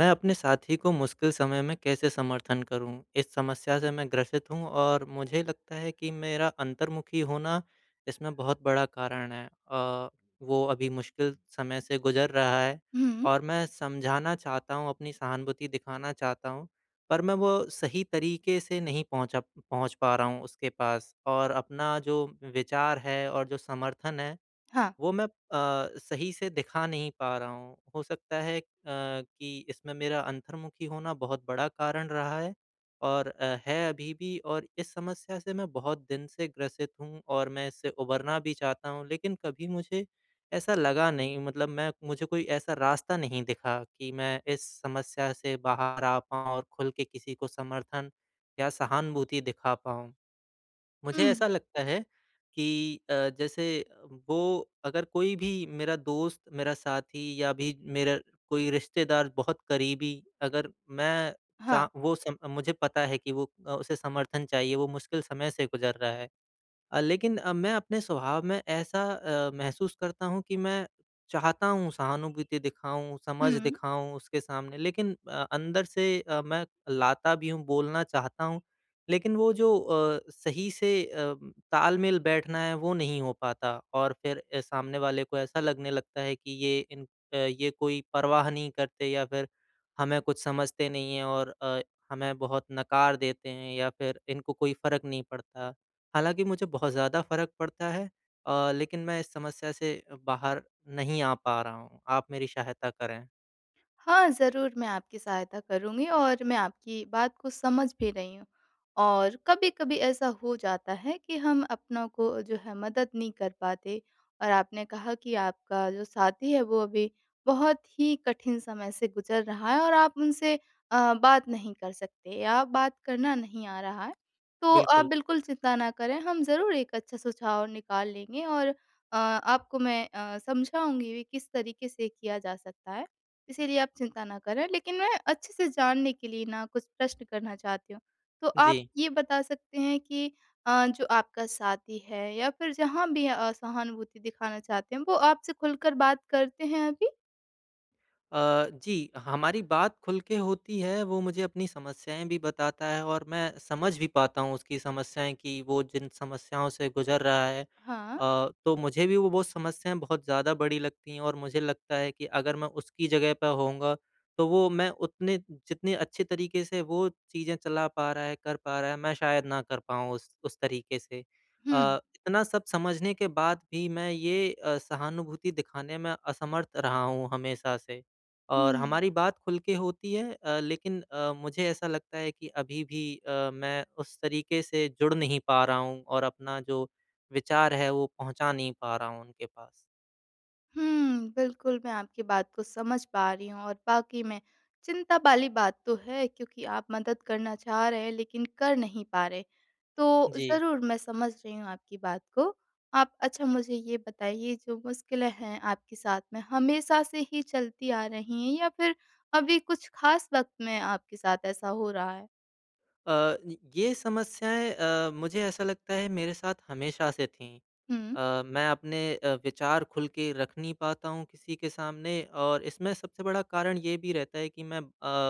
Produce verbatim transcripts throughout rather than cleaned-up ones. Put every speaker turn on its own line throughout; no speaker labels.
मैं अपने साथी को मुश्किल समय में कैसे समर्थन करूं? इस समस्या से मैं ग्रसित हूं और मुझे लगता है कि मेरा अंतर्मुखी होना इसमें बहुत बड़ा कारण है। अ, वो अभी मुश्किल समय से गुजर रहा है
हुँ,
और मैं समझाना चाहता हूं, अपनी सहानुभूति दिखाना चाहता हूं, पर मैं वो सही तरीके से नहीं पहुंचा पहुंच पा रहा हूं उसके पास और अपना जो विचार है और जो समर्थन है,
हाँ।
वो मैं अ, सही से दिखा नहीं पा रहा हूँ। हो सकता है अ, कि इसमें मेरा अंतर्मुखी होना बहुत बड़ा कारण रहा है और अ, है अभी भी और इस समस्या से मैं बहुत दिन से ग्रसित हूँ और मैं इससे उभरना भी चाहता हूँ, लेकिन कभी मुझे ऐसा लगा नहीं, मतलब मैं मुझे कोई ऐसा रास्ता नहीं दिखा कि मैं इस समस्या से बाहर आ पाऊँ और खुल के किसी को समर्थन या सहानुभूति दिखा पाऊँ। मुझे
हुँ,
ऐसा लगता है कि अ, जैसे वो, अगर कोई भी मेरा दोस्त, मेरा साथी या भी मेरा कोई रिश्तेदार बहुत करीबी, अगर मैं
हाँ,
चा वो सम मुझे पता है कि वो, अ, उसे समर्थन चाहिए, वो मुश्किल समय से गुज़र रहा है। अ, लेकिन अ, मैं अपने स्वभाव में ऐसा अ, महसूस करता हूँ कि मैं चाहता हूँ सहानुभूति दिखाऊँ, समझ
हुँ।
दिखाऊँ उसके सामने, लेकिन अ, अंदर से अ, मैं लाता भी हूँ, बोलना चाहता हूँ, लेकिन वो जो अ, सही से अ, तालमेल बैठना है वो नहीं हो पाता और फिर अ, सामने वाले को ऐसा लगने लगता है कि ये इन अ, ये कोई परवाह नहीं करते या फिर हमें कुछ समझते नहीं हैं और अ, हमें बहुत नकार देते हैं या फिर इनको कोई फ़र्क नहीं पड़ता। हालाँकि मुझे बहुत ज़्यादा फ़र्क पड़ता है, अ, लेकिन मैं इस समस्या से बाहर नहीं आ पा रहा हूँ। आप मेरी सहायता करें।
हाँ, ज़रूर मैं आपकी सहायता करूँगी और मैं आपकी बात को समझ भी रही हूँ। और कभी-कभी ऐसा हो जाता है कि हम अपनों को जो है मदद नहीं कर पाते। और आपने कहा कि आपका जो साथी है वो अभी बहुत ही कठिन समय से गुज़र रहा है और आप उनसे अ, बात नहीं कर सकते या बात करना नहीं आ रहा है। तो आप
बिल्कुल।
बिल्कुल चिंता ना करें, हम ज़रूर एक अच्छा सुझाव निकाल लेंगे और अ, आपको मैं अ, समझाऊँगी भी किस तरीके से किया जा सकता है। इसीलिए आप चिंता ना करें। लेकिन मैं अच्छे से जानने के लिए ना कुछ प्रश्न करना चाहती हूँ। तो
जी।
आप ये बता सकते हैं कि अ, जो आपका साथी है या फिर जहाँ भी अ, सहानुभूति दिखाना चाहते हैं, वो आपसे खुलकर बात करते हैं अभी?
अ, जी, हमारी बात खुल के होती है, वो मुझे अपनी समस्याएँ भी बताता है और मैं समझ भी पाता हूँ उसकी समस्याएँ कि वो जिन समस्याओं से गुज़र रहा है। अ,
हाँ।
तो मुझे भी वो वो समस्याएँ बहुत ज़्यादा बड़ी लगती हैं और मुझे लगता है कि अगर मैं उसकी जगह पे होऊँगा, तो वो मैं उतने जितने अच्छे तरीके से वो चीज़ें चला पा रहा है, कर पा रहा है, मैं शायद ना कर पाऊँ उस उस तरीके से।
हुँ,
अ, इतना सब समझने के बाद भी मैं ये अ, सहानुभूति दिखाने में असमर्थ रहा हूँ हमेशा से। और
हुँ।
हमारी बात खुल के होती है, अ, लेकिन अ, मुझे ऐसा लगता है कि अभी भी अ, मैं उस तरीके से जुड़ नहीं पा रहा हूँ और अपना जो विचार है वो पहुँचा नहीं पा रहा हूँ उनके पास।
हुँ, बिल्कुल, मैं आपकी बात को समझ पा रही हूँ और वाक़ई में चिंता वाली बात तो है, क्योंकि आप मदद करना चाह रहे हैं लेकिन कर नहीं पा रहे। तो
जी।
ज़रूर मैं समझ रही हूँ आपकी बात को। आप अच्छा मुझे ये बताइए, जो मुश्किलें हैं आपके साथ में हमेशा से ही चलती आ रही हैं या फिर अभी कुछ ख़ास वक़्त में आपके साथ ऐसा हो रहा है?
अ, ये समस्याएँ अ, मुझे ऐसा लगता है मेरे साथ हमेशा से थी।
हुँ,
अ, मैं अपने अ, विचार खुल के रख नहीं पाता हूँ किसी के सामने और इसमें सबसे बड़ा कारण ये भी रहता है कि मैं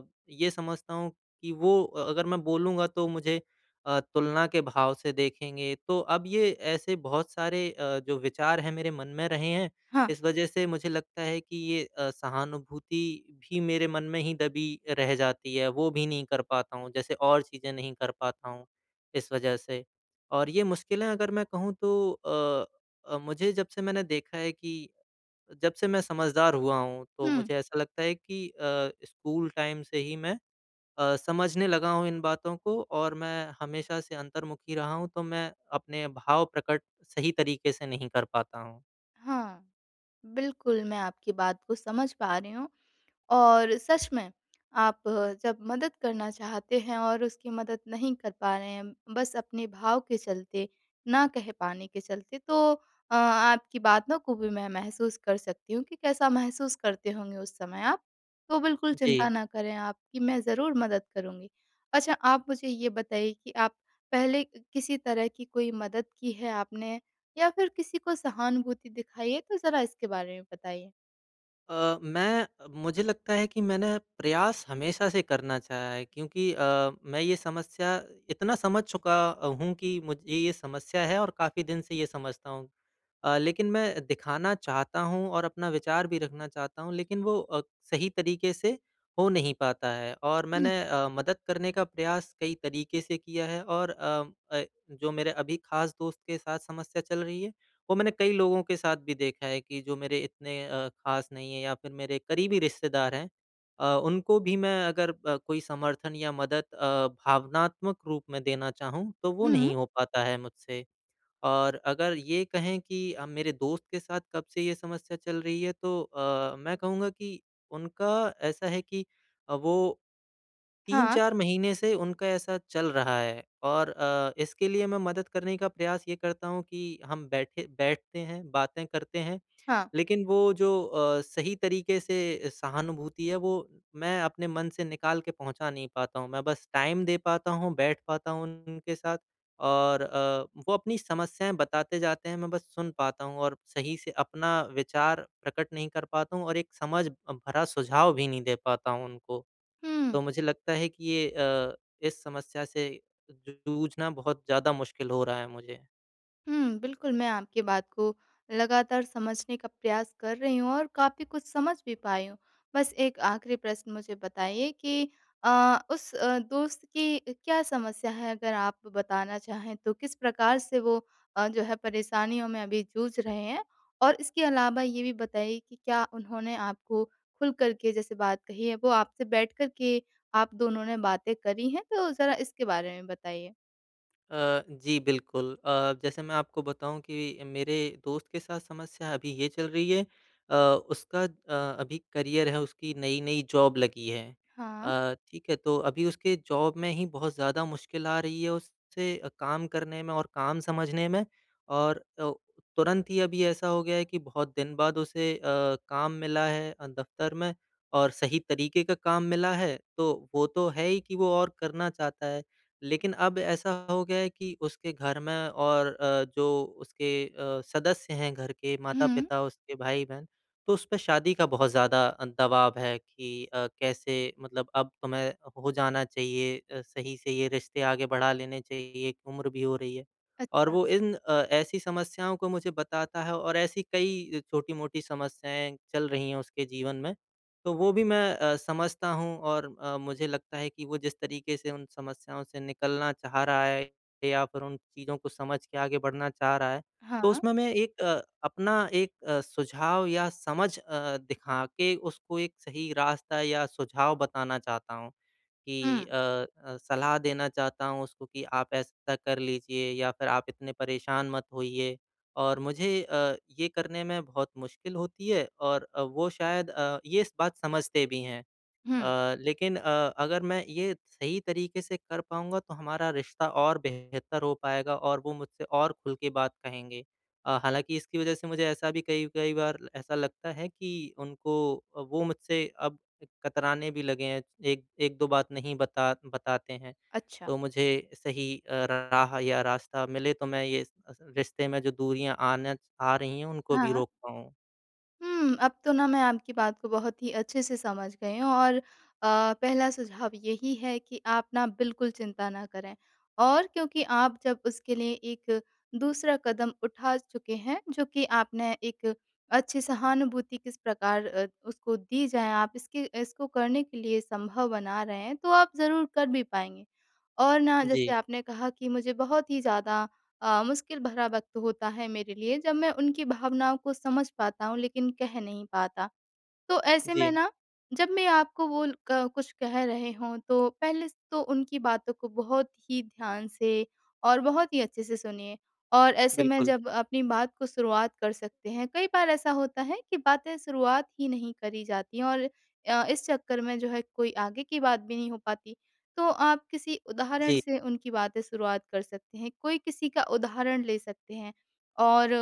अ, ये समझता हूँ कि वो, अ, अगर मैं बोलूँगा तो मुझे अ, तुलना के भाव से देखेंगे। तो अब ये ऐसे बहुत सारे अ, जो विचार हैं मेरे मन में रहे हैं,
हाँ,
इस वज़ह से मुझे लगता है कि ये अ, सहानुभूति भी मेरे मन में ही दबी रह जाती है, वो भी नहीं कर पाता हूँ, जैसे और चीज़ें नहीं कर पाता हूँ, इस वज़ह से। और ये मुश्किलें अगर मैं कहूँ तो अ अ, मुझे जब से मैंने देखा है कि जब से मैं समझदार हुआ हूँ, तो
हुँ,
मुझे ऐसा लगता है कि अ, स्कूल टाइम से ही मैं अ, समझने लगा हूँ इन बातों को और मैं हमेशा से अंतर्मुखी रहा हूँ, तो मैं अपने भाव प्रकट सही तरीके से नहीं कर पाता हूँ।
हाँ। बिल्कुल, मैं आपकी बात को समझ पा रही हूँ। और सच में, आप जब मदद करना चाहते हैं और उसकी मदद नहीं कर पा रहे हैं, बस अपने भाव के चलते, ना कह पाने के चलते, तो अ, आपकी बातों को भी मैं महसूस कर सकती हूँ कि कैसा महसूस करते होंगे उस समय आप। तो बिल्कुल चिंता
जी।
ना करें आप, कि मैं ज़रूर मदद करूँगी। अच्छा, आप मुझे ये बताइए कि आप पहले किसी तरह की कोई मदद की है आपने, या फिर किसी को सहानुभूति दिखाई है? तो ज़रा इसके बारे में बताइए।
अ, मैं, मुझे लगता है कि मैंने प्रयास हमेशा से करना चाहा है क्योंकि अ, मैं ये समस्या इतना समझ चुका हूँ कि मुझे ये समस्या है और काफ़ी दिन से ये समझता हूँ। अ, लेकिन मैं दिखाना चाहता हूँ और अपना विचार भी रखना चाहता हूँ, लेकिन वो अ, सही तरीके से हो नहीं पाता है और
हुँ,
मैंने अ, मदद करने का प्रयास कई तरीके से किया है और अ अ, जो मेरे अभी खास दोस्त के साथ समस्या चल रही है, वो मैंने कई लोगों के साथ भी देखा है कि जो मेरे इतने अ, खास नहीं है या फिर मेरे करीबी रिश्तेदार हैं। अ, उनको भी मैं अगर अ, कोई समर्थन या मदद अ, भावनात्मक रूप में देना चाहूँ, तो वो
हुँ।
नहीं हो पाता है मुझसे। और अगर ये कहें कि अ, मेरे दोस्त के साथ कब से ये समस्या चल रही है तो अ, मैं कहूँगा कि उनका ऐसा है कि अ, वो
हाँ,
तीन चार महीने से उनका ऐसा चल रहा है और अ, इसके लिए मैं मदद करने का प्रयास ये करता हूँ कि हम बैठे बैठते हैं, बातें करते हैं,
हाँ।
लेकिन वो जो अ, सही तरीके से सहानुभूति है वो मैं अपने मन से निकाल के पहुँचा नहीं पाता हूँ। मैं बस टाइम दे पाता हूँ, बैठ पाता हूँ उनके साथ और अ, वो अपनी समस्याएँ बताते जाते हैं, मैं बस सुन पाता हूँ और सही से अपना विचार प्रकट नहीं कर पाता हूँ और एक समझ भरा सुझाव भी नहीं दे पाता हूँ उनको।
हुँ,
तो मुझे लगता है कि ये अ, इस समस्या से जूझना बहुत ज़्यादा मुश्किल हो रहा है मुझे।
हुँ, बिल्कुल, मैं आपकी बात को लगातार समझने का प्रयास कर रही हूँ और काफ़ी कुछ समझ भी पाई हूँ। बस एक आखिरी प्रश्न मुझे बताइए कि अ, उस अ, दोस्त की क्या समस्या है, अगर आप बताना चाहें तो? किस प्रकार से वो अ, जो है परेशानियों में अभी जूझ रहे हैं? और इसके अलावा ये भी बताइए कि क्या उन्होंने आपको खुल कर के जैसे बात कही है, वो आपसे बैठ कर के आप दोनों ने बातें करी हैं? तो ज़रा इसके बारे में बताइए।
अ, जी बिल्कुल। अ, जैसे मैं आपको बताऊँ कि मेरे दोस्त के साथ समस्या अभी ये चल रही है, अ, उसका अ, अभी करियर है, उसकी नई-नई जॉब लगी है।
हाँ।
अ, ठीक है, तो अभी उसके जॉब में ही बहुत ज़्यादा मुश्किल आ रही है उससे, अ, काम करने में और काम समझने में और अ, तुरंत ही अभी ऐसा हो गया है कि बहुत दिन बाद उसे अ, काम मिला है अ, दफ़्तर में और सही तरीके का काम मिला है, तो वो तो है ही कि वो और करना चाहता है। लेकिन अब ऐसा हो गया है कि उसके घर में और अ, जो उसके अ, सदस्य हैं घर के,
हुँ,
माता-पिता, उसके भाई-बहन, तो उस पे शादी का बहुत ज़्यादा अ, दबाव है कि अ, कैसे, मतलब अब तुम्हें हो जाना चाहिए, अ, सही से ये रिश्ते आगे बढ़ा लेने चाहिए, उम्र भी हो रही है। और
अच्छा।
वो इन अ, ऐसी समस्याओं को मुझे बताता है और ऐसी कई छोटी-मोटी समस्याएँ चल रही हैं उसके जीवन में। तो वो भी मैं अ, समझता हूँ और अ, मुझे लगता है कि वो जिस तरीके से उन समस्याओं से निकलना चाह रहा है या फिर उन चीज़ों को समझ के आगे बढ़ना चाह रहा है, तो
हाँ।
उसमें मैं एक अ, अपना एक अ, सुझाव या समझ अ, दिखा के उसको एक सही रास्ता या सुझाव बताना चाहता हूँ
हुँ,
कि अ अ, सलाह देना चाहता हूँ उसको कि आप ऐसा कर लीजिए या फिर आप इतने परेशान मत होइए। और मुझे अ, ये करने में बहुत मुश्किल होती है और अ, वो शायद अ, ये इस बात समझते भी हैं।
हुँ।
अ, लेकिन अ, अगर मैं ये सही तरीके से कर पाऊँगा तो हमारा रिश्ता और बेहतर हो पाएगा और वो मुझसे और खुल के बात कहेंगे। अ, हालाँकि इसकी वज़ह से मुझे ऐसा भी कई-कई बार ऐसा लगता है कि उनको, अ, वो मुझसे अब कतराने भी लगे हैं। एक 1-2 बात नहीं बता बताते हैं।
अच्छा।
तो मुझे सही अ, राह या रास्ता मिले तो मैं ये अस रिश्ते में जो दूरियाँ आना आ रही हैं उनको भी
हाँ।
रोक पाऊँ।
हुँ, अब तो ना, मैं आपकी बात को बहुत ही अच्छे से समझ गई हूँ। और अ, पहला सुझाव यही है कि आप ना बिल्कुल चिंता ना करें, और क्योंकि आप जब उसके लिए एक दूसरा कदम उठा चुके हैं, जो कि आपने एक अच्छी सहानुभूति किस प्रकार अ, उसको दी जाए, आप इसके इसको करने के लिए संभव बना रहे हैं, तो आप ज़रूर कर भी पाएँगे। और ना, जैसे
जी,
आपने कहा कि मुझे बहुत ही ज़्यादा अ, मुश्किल भरा वक़्त होता है मेरे लिए जब मैं उनकी भावनाओं को समझ पाता हूँ, लेकिन कह नहीं पाता। तो ऐसे में
जी।
ना, जब मैं आपको वो ल- क कुछ कह रहे हों, तो पहले से तो उनकी बातों को बहुत ही ध्यान से और बहुत ही अच्छे से सुनिए। और ऐसे में
बिल्कुल।
जब अपनी बात को शुरुआत कर सकते हैं, कई बार ऐसा होता है कि बातें शुरुआत ही नहीं करी जाती हैं, और अ, इस चक्कर में जो है कोई आगे की बात भी नहीं हो पाती। तो आप किसी उदाहरण
जी,
से उनकी बातें शुरुआत कर सकते हैं, कोई किसी का उदाहरण ले सकते हैं, और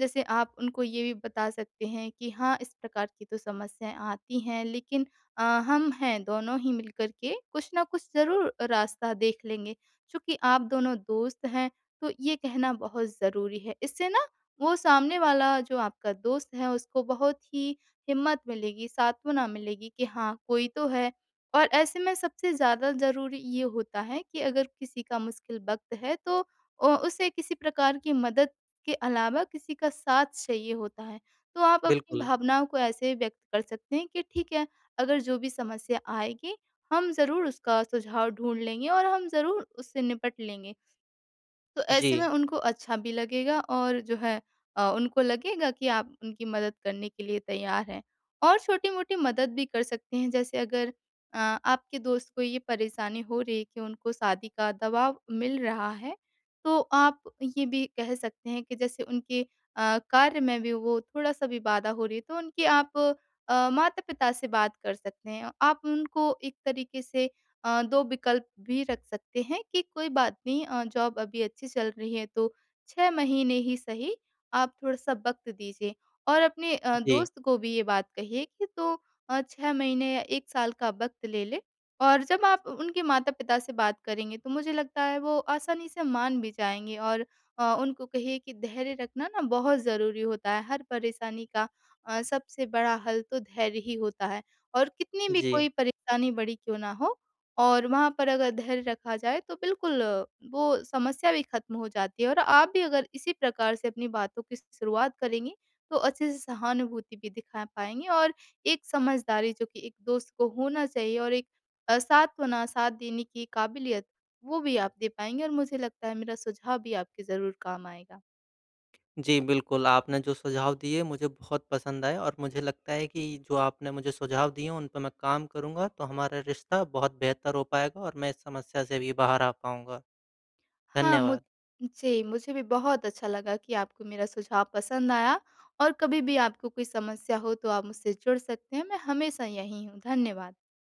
जैसे आप उनको ये भी बता सकते हैं कि हाँ, इस प्रकार की तो समस्याएँ आती हैं, लेकिन अ, हम हैं दोनों ही मिलकर के कुछ न कुछ ज़रूर रास्ता देख लेंगे। चूँकि आप दोनों दोस्त हैं, तो ये कहना बहुत ज़रूरी है। इससे ना, वो सामने वाला जो आपका दोस्त है, उसको बहुत ही हिम्मत मिलेगी, सांत्वना मिलेगी कि हाँ, कोई तो है। और ऐसे में सबसे ज़्यादा ज़रूरी ये होता है कि अगर किसी का मुश्किल वक़्त है, तो अ, उसे किसी प्रकार की मदद के अलावा किसी का साथ चाहिए होता है। तो आप अपनी
बिल्कुल।
भावनाओं को ऐसे व्यक्त कर सकते हैं कि ठीक है, अगर जो भी समस्या आएगी, हम ज़रूर उसका सुझाव ढूँढ लेंगे और हम ज़रूर उससे निपट लेंगे। तो ऐसे में
जी,
उनको अच्छा भी लगेगा, और जो है अ, उनको लगेगा कि आप उनकी मदद करने के लिए तैयार हैं। और छोटी-मोटी मदद भी कर सकते हैं, जैसे अगर अ, आपके दोस्त को ये परेशानी हो रही है कि उनको शादी का दबाव मिल रहा है, तो आप ये भी कह सकते हैं कि जैसे उनके अ, कार्य में भी वो थोड़ा-सा भी बाधा हो रही है, तो उनकी आप अ, माता-पिता से बात कर सकते हैं। आप उनको एक तरीके से अ, दो विकल्प भी रख सकते हैं कि कोई बात नहीं, अ, जॉब अभी अच्छी चल रही है तो छह महीने ही सही, आप थोड़ा-सा वक़्त दीजिए। और अपने अ,
जी।
दोस्त को भी ये बात कहिए कि तू अ, छह महीने या एक साल का वक़्त ले ले, और जब आप उनके माता-पिता से बात करेंगे तो मुझे लगता है वो आसानी से मान भी जाएँगे। और अ, उनको कहिए कि धैर्य रखना ना बहुत ज़रूरी होता है। हर परेशानी का अ, सबसे बड़ा हल तो धैर्य ही होता है, और कितनी भी
जी।
कोई परेशानी बड़ी क्यों ना हो, और वहाँ पर अगर धैर्य रखा जाए, तो बिल्कुल अ, वो समस्या भी खत्म हो जाती है। और आप भी अगर इसी प्रकार से अपनी बातों की शुरुआत करेंगी, तो अच्छे से सहानुभूति भी दिखा पाएंगी, और एक समझदारी जो कि एक दोस्त को होना चाहिए, और एक अ, सांत्वना साथ देने की काबिलियत वो भी आप दे पाएंगे, और मुझे लगता है मेरा सुझाव भी आपके ज़रूर काम आएगा।
जी, बिल्कुल, आपने जो सुझाव दिए मुझे बहुत पसंद आए और मुझे लगता है कि जो आपने मुझे सुझाव दिए उन पे मैं काम करूँगा तो हमारा रिश्ता बहुत बेहतर हो पाएगा और मैं इस समस्या से भी बाहर आ पाऊँगा।
हाँ, मुझ
धन्यवाद।
जी, मुझे भी बहुत अच्छा लगा कि आपको मेरा सुझाव पसंद आया, और कभी भी आपको कोई समस्या हो तो आप मुझसे जुड़ सकते हैं। मैं हमेशा यहीं हूँ। धन्यवाद।